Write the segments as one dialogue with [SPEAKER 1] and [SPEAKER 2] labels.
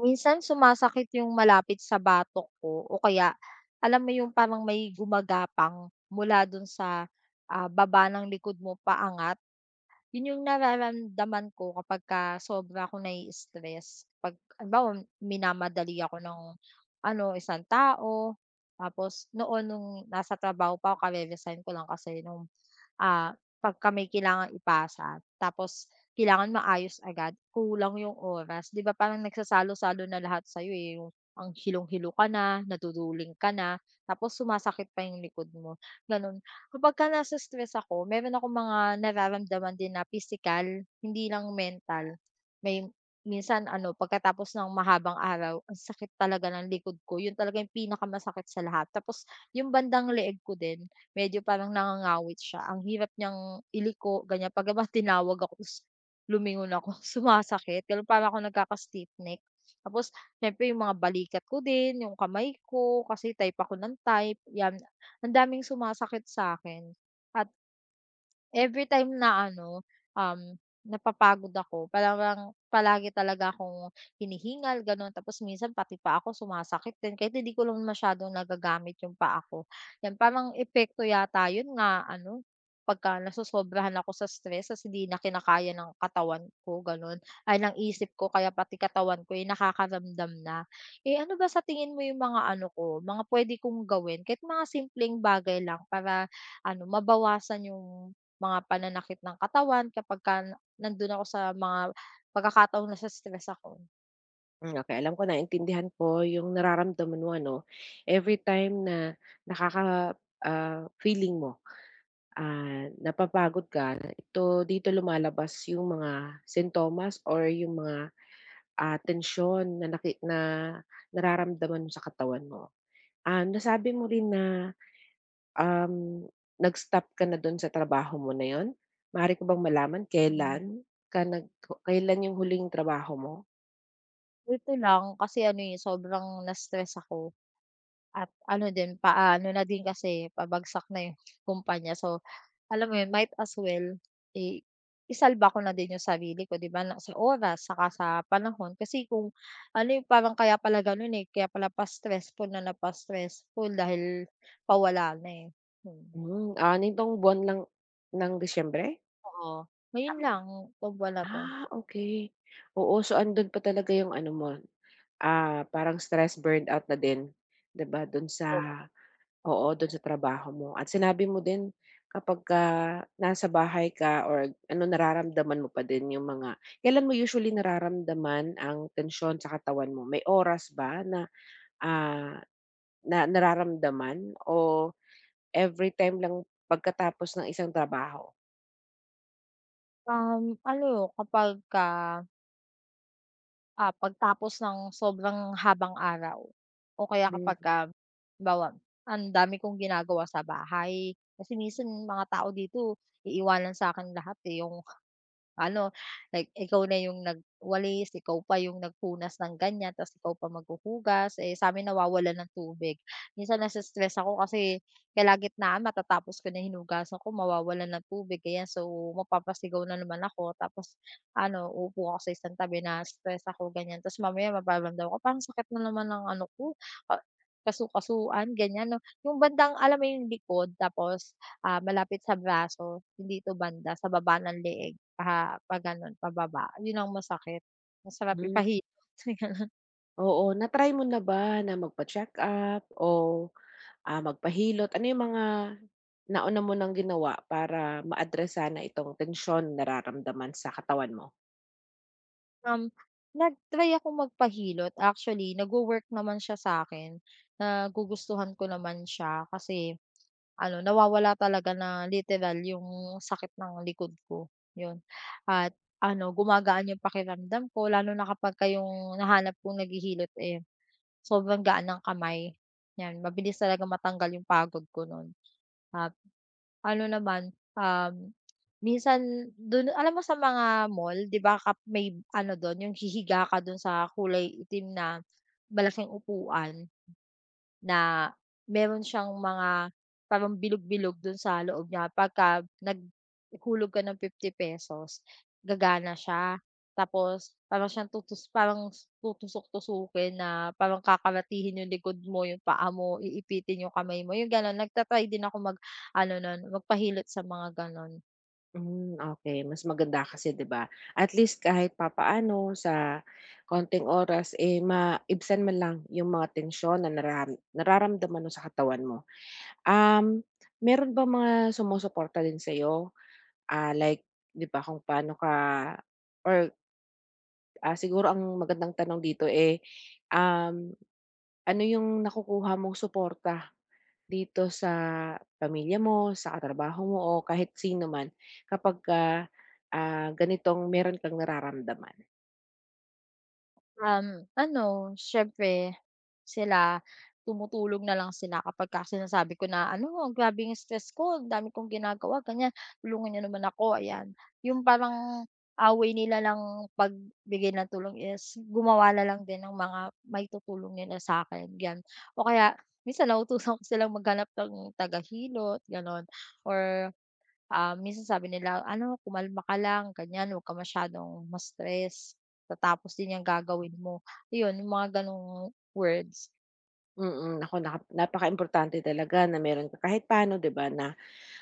[SPEAKER 1] Minsan sumasakit yung malapit sa batok ko o kaya alam mo yung parang may gumagapang mula dun sa, baba ng likod mo paangat. Yun yung nararamdaman ko kapagka sobra akong nai-stress. 'Pag halimbawa minamadali ako ng ano, isang tao tapos noon nung nasa trabaho pa ako kare-resign ko lang kasi nung ah, pagka may kailangang ipasa tapos kailangan maayos agad, kulang yung oras. 'Di ba parang nagsasalo-salo na lahat sa'yo, eh, yung ang hilong-hilo ka na, naduduling ka na, tapos sumasakit pa yung likod mo, gano'n. Kapagka nasa stress ako, meron akong mga nararamdaman din na physical, hindi lang mental. May minsan ano, pagkatapos ng mahabang araw, ang sakit talaga ng likod ko, yun talaga yung pinakamasakit sa lahat. Tapos yung bandang leeg ko din medyo parang nangangawit siya. Ang hirap niyang iliko, ganyan. Pagka tinawag ako ta's lumingon ako, sumasakit, gano'n. Parang ako nagkaka-stiff neck. Tapos siyempre yung mga balikat ko din, yung kamay ko, kasi type ako ng type, yan. Ang daming sumasakit sa'kin at every time na ano, um, napapagod ako, parang palagi talaga akong hinihingal gano'n tapos minsan pati pa ako sumasakit din kahit hindi ko lang masyadong nagagamit yung paa ko. 'Yan parang epekto yata 'yun nga ano, pagka nasosobrahan ako sa stress tas hindi na kinakaya ng katawan ko gano'n, ay ng isip ko kaya pati katawan ko, eh, nakakaramdam na. Eh, ano ba sa tingin mo yung mga ano ko, mga puwede kong gawin kahit mga simpleng bagay lang para ano mabawasan yung mga pananakit ng katawan kapagka nandun ako sa mga pagkakataong nasa stress ako.
[SPEAKER 2] Hmm, okay, alam ko, naintindihan ko yung nararamdaman mo, ano. Every time na nakaka feeling mo, napapagod ka, ito dito lumalabas yung mga sintomas or yung mga, tensyon na naki na nararamdaman mo sa katawan mo. Nasabi mo rin na, um, nag-stop ka na dun sa trabaho mo na yon. Maaari ko bang malaman
[SPEAKER 1] Mm,
[SPEAKER 2] kailan ka nag kailan yung huling trabaho mo?
[SPEAKER 1] buti lang kasi ano, eh, sobrang na-stress ako at ano din pa ano na din kasi pabagsak na yung kumpanya. So, alam mo yun, might as well, eh, isalba ko na din yung sarili ko, 'di ba, na sa oras saka sa panahon kasi kung ano, eh, parang kaya pala ganun, eh, kaya pala pa-stressful na napa-stressful dahil pawala na, eh. Hmm,
[SPEAKER 2] Hmm, nitong buwan lang ng Disyembre?
[SPEAKER 1] oo. Ngayon lang, tungkol na 'to.
[SPEAKER 2] Okey. Oo, so andun pa talaga yung ano mo, parang stress burnout na din, 'di ba, dun sa,
[SPEAKER 1] Oo,
[SPEAKER 2] oo, dun sa trabaho mo, at sinabi mo din kapagka nasa bahay ka or ano, nararamdaman mo pa din yung mga, kailan mo usually nararamdaman ang tensyon sa katawan mo? May oras ba na, ah, na nararamdaman, o everytime lang pagkatapos ng isang trabaho?
[SPEAKER 1] ano kapagka pagtapos ng sobrang habang araw o kaya kapagka halimbawa, ang dami kong ginagawa sa bahay. Kasi minsan mga tao dito iiwanan sa'kin lahat, eh, yung ano, like ikaw na yung nagwalis, ikaw pa yung nagpunas ng ganyan, ta's ikaw pa maghuhugas, eh, sa sa'min nawawalan ng tubig. Minsan nase-stress ako kasi kalagitnaan matatapos ko na hinugasan ko mawawalan ng tubig, ayan. So, mapapasigaw na naman ako tapos ano, uupo ako sa isang tabi na-stress ako ganyan tapos mamaya mapaparamdam ko parang sakit na naman ng ano ko, ka kasu-kasuan ganyan 'no. Yung bandang alam mo yung likod tapos, malapit sa braso, hindi dito banda sa baba ng leeg, pa gano'n pababa, yun ang masakit. Masarap
[SPEAKER 2] Mhm.
[SPEAKER 1] ipahilot.
[SPEAKER 2] Oo, na-try mo na ba na magpa-check-up o, magpahilot? Ano yung mga nauna mo ng ginawa para ma-address sana itong tensyon na nararamdaman sa katawan mo?
[SPEAKER 1] Um, Nag-try akong magpahilot, actually nagwo-work naman siya sa akin, nagugustuhan ko naman siya kasi ano, nawawala talaga na literal yung sakit ng likod ko, yun. At ano, gumagaan yung pakiramdam ko lalo na kapagka yung nahanap kong naghihilot, eh, sobrang gaan ng kamay, 'yan. Mabilis talaga matanggal yung pagod ko nun. At ano naman, um, minsan dun alam mo sa mga mall, 'di ba kap may ano dun, yung hihiga ka dun sa kulay itim na malaking upuan. Na meron siyang mga parang bilog-bilog dun sa loob niya, pagka naghulog ka ng 50 pesos, gagana siya. Tapos parang siyang parang tutusok-tusukin na parang kakaratihin yung likod mo, yung paa mo, iipitin yung kamay mo, yung gano'n. Nagta din ako mag-ano nun, magpahilot sa mga gano'n.
[SPEAKER 2] Hmm, okey, mas maganda kasi 'di ba, at least kahit papaano sa konting oras, eh, maibsan man lang yung mga tensyon na nararamdaman mo sa katawan mo. Um, Meron ba mga sumusuporta din sa sa'yo? Like, 'di ba, kung paano ka or Ah, siguro ang magandang tanong dito, eh, um, ano yung nakukuha mong suporta dito sa pamilya mo, sa katrabaho mo o kahit sino man kapagka, ganitong meron kang nararamdaman?
[SPEAKER 1] Ano, siyempre sila tumutulog na lang sila kapagka sinasabi ko na, "Ano, ang grabe yung stress ko, ang dami kong ginagawa, ganyan, tulungan niyo naman ako." Ayan, yung parang away nila lang pagbigay ng tulong is gumawa na lang din ng mga maitutulong nila sa'kin, 'yan. O kaya minsan nauutusan ko silang maghanap ng tagahilot, gano'n, or minsan sabi nila, "Ano, kumalma ka lang, ganyan, huwag ka masyadong ma-stress, tatapos din yung gagawin mo." Ayun, yung mga gano'ng words.
[SPEAKER 2] Mm, naku, importante talaga na meron ka kahit paano, 'di ba, na,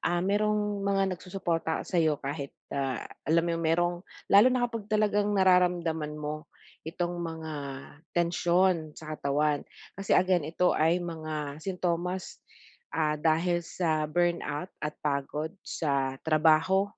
[SPEAKER 2] Merong mga nagsusuporta sa sa'yo, kahit, alam mo yung lalo na kapag talagang nararamdaman mo itong mga tensyon sa katawan. Kasi again, ito ay mga sintomas, dahil sa burnout at pagod sa trabaho.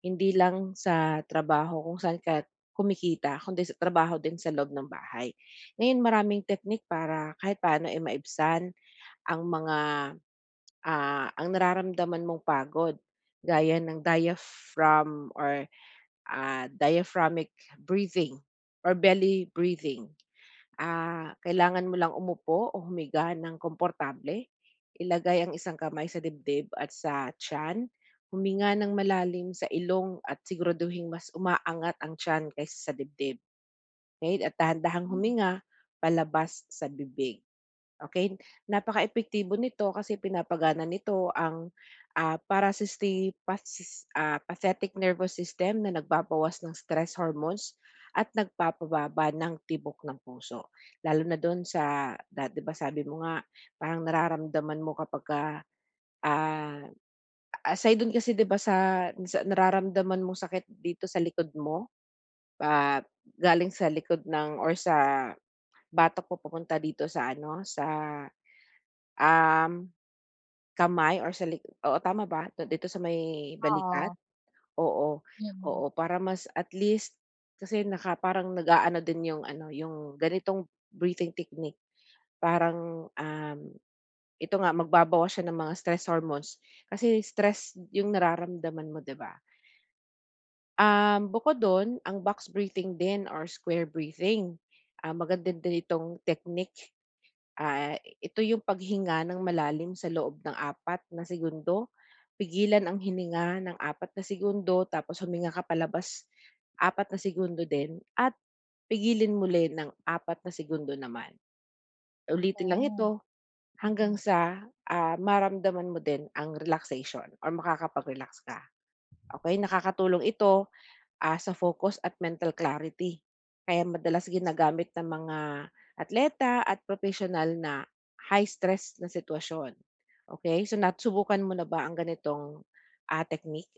[SPEAKER 2] Hindi lang sa trabaho kung saan ka kumikita, kundi sa trabaho din sa loob ng bahay. Ngayon maraming teknik para kahit paano, eh, maibsan ang mga ang nararamdaman mong pagod, gaya ng diaphragm or, diaphragmic breathing or belly breathing. Kailangan mo lang umupo o humiga ng komportable, ilagay ang isang kamay sa dibdib at sa tiyan, huminga ng malalim sa ilong at siguraduhing mas umaangat ang tiyan kaysa sa dibdib, okey, at dahan-dahang
[SPEAKER 1] Hmm.
[SPEAKER 2] huminga palabas sa bibig. Okay, Okey, napakaepektibo nito kasi pinapagana nito ang, pathetic nervous system na nagbabawas ng stress hormones at nagpapababa ng tibok ng puso. Lalo na dun sa 'di ba, sabi mo nga, parang nararamdaman mo kapagka, ah, aside dun, kasi 'di ba sa nararamdaman mong sakit dito sa likod mo, ah, galing sa likod or sa batok mo papunta dito sa ano, sa, um kamay or sa oo, tama ba? Dito sa may
[SPEAKER 1] Oo,
[SPEAKER 2] balikat? Oo,
[SPEAKER 1] mm.
[SPEAKER 2] oo, para mas at least kasi parang nag-aano din yung ano, yung ganitong breathing technique, parang, ito nga magbabawas siya ng mga stress hormones kasi stress yung nararamdaman mo, 'di ba? Bukod dun ang box breathing din or square breathing, maganda din itong technique. Ito yung paghinga ng malalim sa loob ng 4 segundo, pigilan ang hininga ng 4 segundo, tapos huminga ka palabas 4 segundo din, at pigilin muli ng 4 segundo naman. Ulitin lang
[SPEAKER 1] Oh,
[SPEAKER 2] ito hanggang
[SPEAKER 1] mm.
[SPEAKER 2] sa, maramdaman mo din ang relaxation or makakapag-relax ka. Okay, nakakatulong ito, sa focus at mental clarity. Kaya madalas ginagamit ng mga atleta at professional na high stress na sitwasyon. Okay? So nasubukan mo na ba ang ganitong, technique?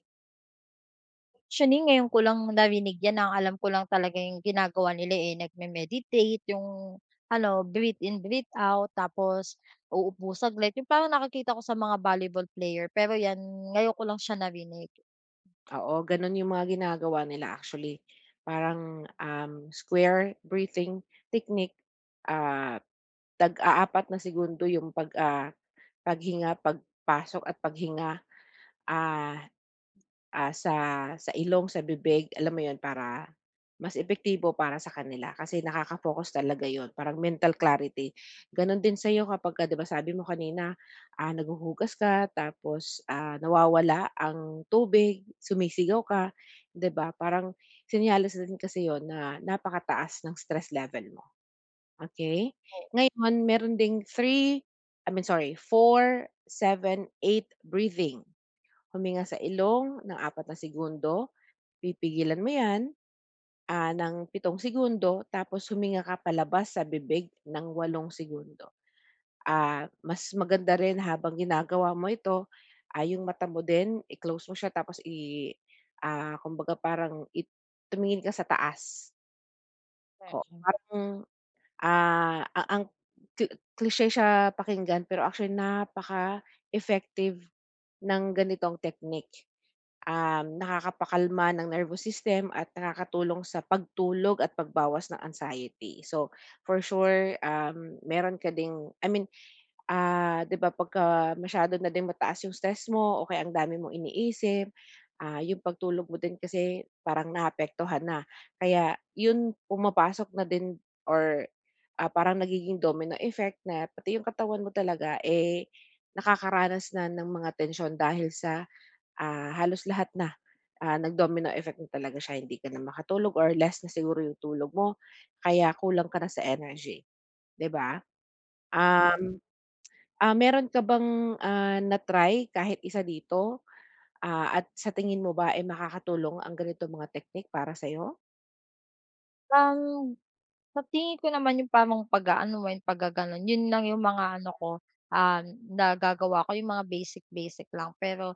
[SPEAKER 1] Actually, ngayon ko lang narinig 'yan, ang alam ko lang talaga yung ginagawa nila, eh, nagme-meditate, yung ano, breathe in, breathe out, tapos uupo saglit, yung parang nakakita ko sa mga volleyball player, pero 'yan, ngayon ko lang siya narinig.
[SPEAKER 2] Oo, gano'n yung mga ginagawa nila, actually. Parang, square breathing technique, ah, tag-a-apat na segundo yung paghinga, pagpasok at paghinga, ah sa ilong, sa bibig, alam mo yon, para mas epektibo para sa kanila kasi nakaka-focus talaga yon, parang mental clarity. Gano'n din sa'yo kapagka, 'di ba, sabi mo kanina, naghuhugas ka tapos, nawawala ang tubig, sumisigaw ka, 'di ba? Parang senyales na din kasi yon na napakataas ng stress level mo, okey? Ngayon, meron ding I mean, sorry, 4-7-8 breathing. Huminga sa ilong ng 4 segundo, pipigilan mo 'yan, ng 7 segundo, tapos huminga ka palabas sa bibig ng 8 segundo. Mas maganda rin habang ginagawa mo ito, yung mata mo din i-close mo siya, tapos kumbaga, parang tumingin ka sa taas. O parang, ah, a ang cli cliche siya pakinggan, pero actually napaka-effective ng ganitong technique. Nakakapakalma ng nervous system at nakakatulong sa pagtulog at pagbawas ng anxiety. So, for sure, meron ka ding, I mean, 'di ba pagka masyado na din mataas yung stress mo o kaya ang dami mong iniisip, yung pagtulog mo din kasi parang naapektuhan na. Kaya yun pumapasok na din, or parang nagiging domino effect na, pati yung katawan mo talaga, eh, nakakaranas na ng mga tensyon dahil sa, halos lahat na, nag-domino effect na talaga siya, hindi ka na makatulog or less na siguro yung tulog mo kaya kulang ka na sa energy, 'di ba? Mm.
[SPEAKER 1] Wow.
[SPEAKER 2] Meron ka bang, na-try kahit isa dito, at sa tingin mo ba, ay makakatulong ang ganito mga technique para sa'yo?
[SPEAKER 1] Um Sa tingin ko naman yung parang pag-aano, eh, pagga-gano'n, yun lang yung mga ano ko, um, nagagawa ko, yung mga basic-basic lang. Pero,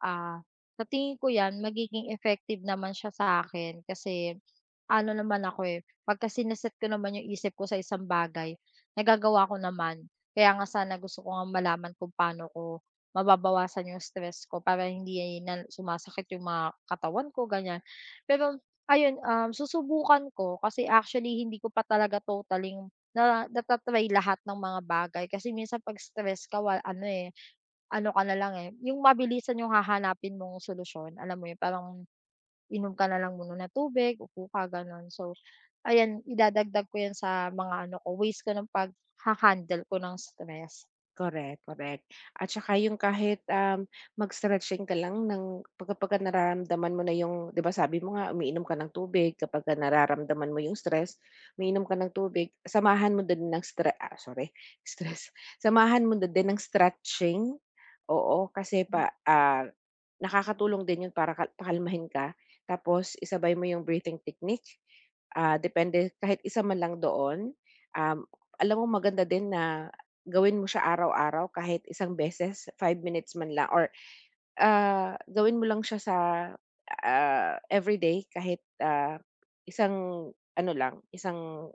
[SPEAKER 1] ah, sa tingin ko 'yan magiging effective naman siya sa'kin kasi ano naman ako, eh, pagka sineset ko naman yung isip ko sa isang bagay, nagagawa ko naman. Kaya nga sana gusto ko ngang malaman kung paano ko mababawasan yung stress ko para hindi na sumasakit yung mga katawan ko, ganyan. Pero ayun, susubukan ko kasi actually hindi ko pa talaga totally na nata lahat ng mga bagay kasi minsan 'pag stress ka ano, eh, ano ka na lang, eh, yung mabilisan yung hahanapin mong solusyon, alam mo yun, parang, inom ka na lang muna ng tubig, upo ka gano'n. So, ayan idadagdag ko yan sa mga ano ko ways ko ng pag handle ko ng stress.
[SPEAKER 2] Correct, correct. At saka yung kahit, mag-stretching ka lang ng pagka pagka nararamdaman mo na yung, 'di ba, sabi mo nga umiinom ka ng tubig kapag nararamdaman mo yung stress, umiinom ka ng tubig, samahan mo din ng sorry, stress. Samahan mo na din ng stretching, oo, kasi
[SPEAKER 1] Mm,
[SPEAKER 2] nakakatulong din yun para ka pakalmahin ka. Tapos isabay mo yung breathing technique, depende kahit isa man lang doon. Um, Alam mo, maganda din na gawin mo siya araw-araw kahit isang beses, 5 minutes man lang or, gawin mo lang siya sa, everyday, kahit, isang isang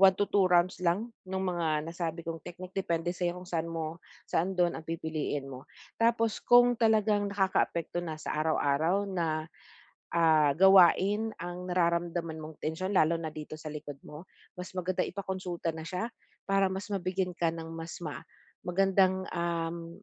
[SPEAKER 2] one to two rounds lang ng mga nasabi kong technique. Depende sa'yo kung saan dun ang pipiliin mo. Tapos kung talagang nakakaapekto na sa araw-araw na gawain ang nararamdaman mong tensyon, lalo na dito sa likod mo, mas maganda ipakonsulta na siya para mas mabigyan ka ng mas magandang, um,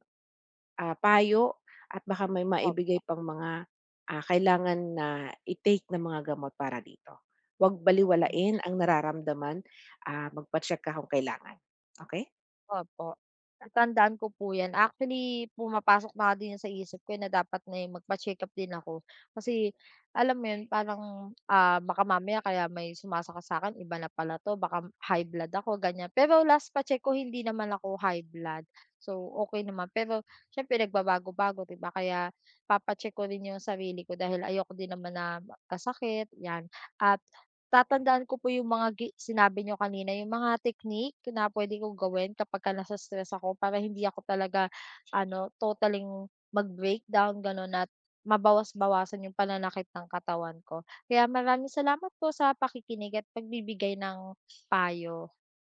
[SPEAKER 2] ah, payo, at baka may maibigay
[SPEAKER 1] opo.
[SPEAKER 2] pang kailangan na i-take na mga gamot para dito. Huwag balewalain ang nararamdaman, magpa-check ka kung kailangan, okay?
[SPEAKER 1] Opo, tatandaan ko po 'yan. Actually, pumapasok na din 'yan sa isip ko, eh, na dapat na, eh, magpa-check-up din ako. Kasi alam mo 'yun, parang, baka mamaya kaya may sumasakit sa'kin, iba na pala 'to, baka high blood ako, ganyan. Pero last pa-check ko hindi naman ako high blood, so okay naman. Pero syempre nagbabago-bago, 'di kaya papa-check ko rin 'yung sarili ko dahil ayoko din naman na kasakit, 'yan. At tatandaan ko po yung mga sinabi nyo kanina, yung mga technique na puwede kong gawin kapagka nasa stress ako para hindi ako talaga ano, totaling mag-breakdown gano'n, at mabawas-bawasan yung pananakit ng katawan ko. Kaya maraming salamat po sa pakikinig at pagbibigay ng payo.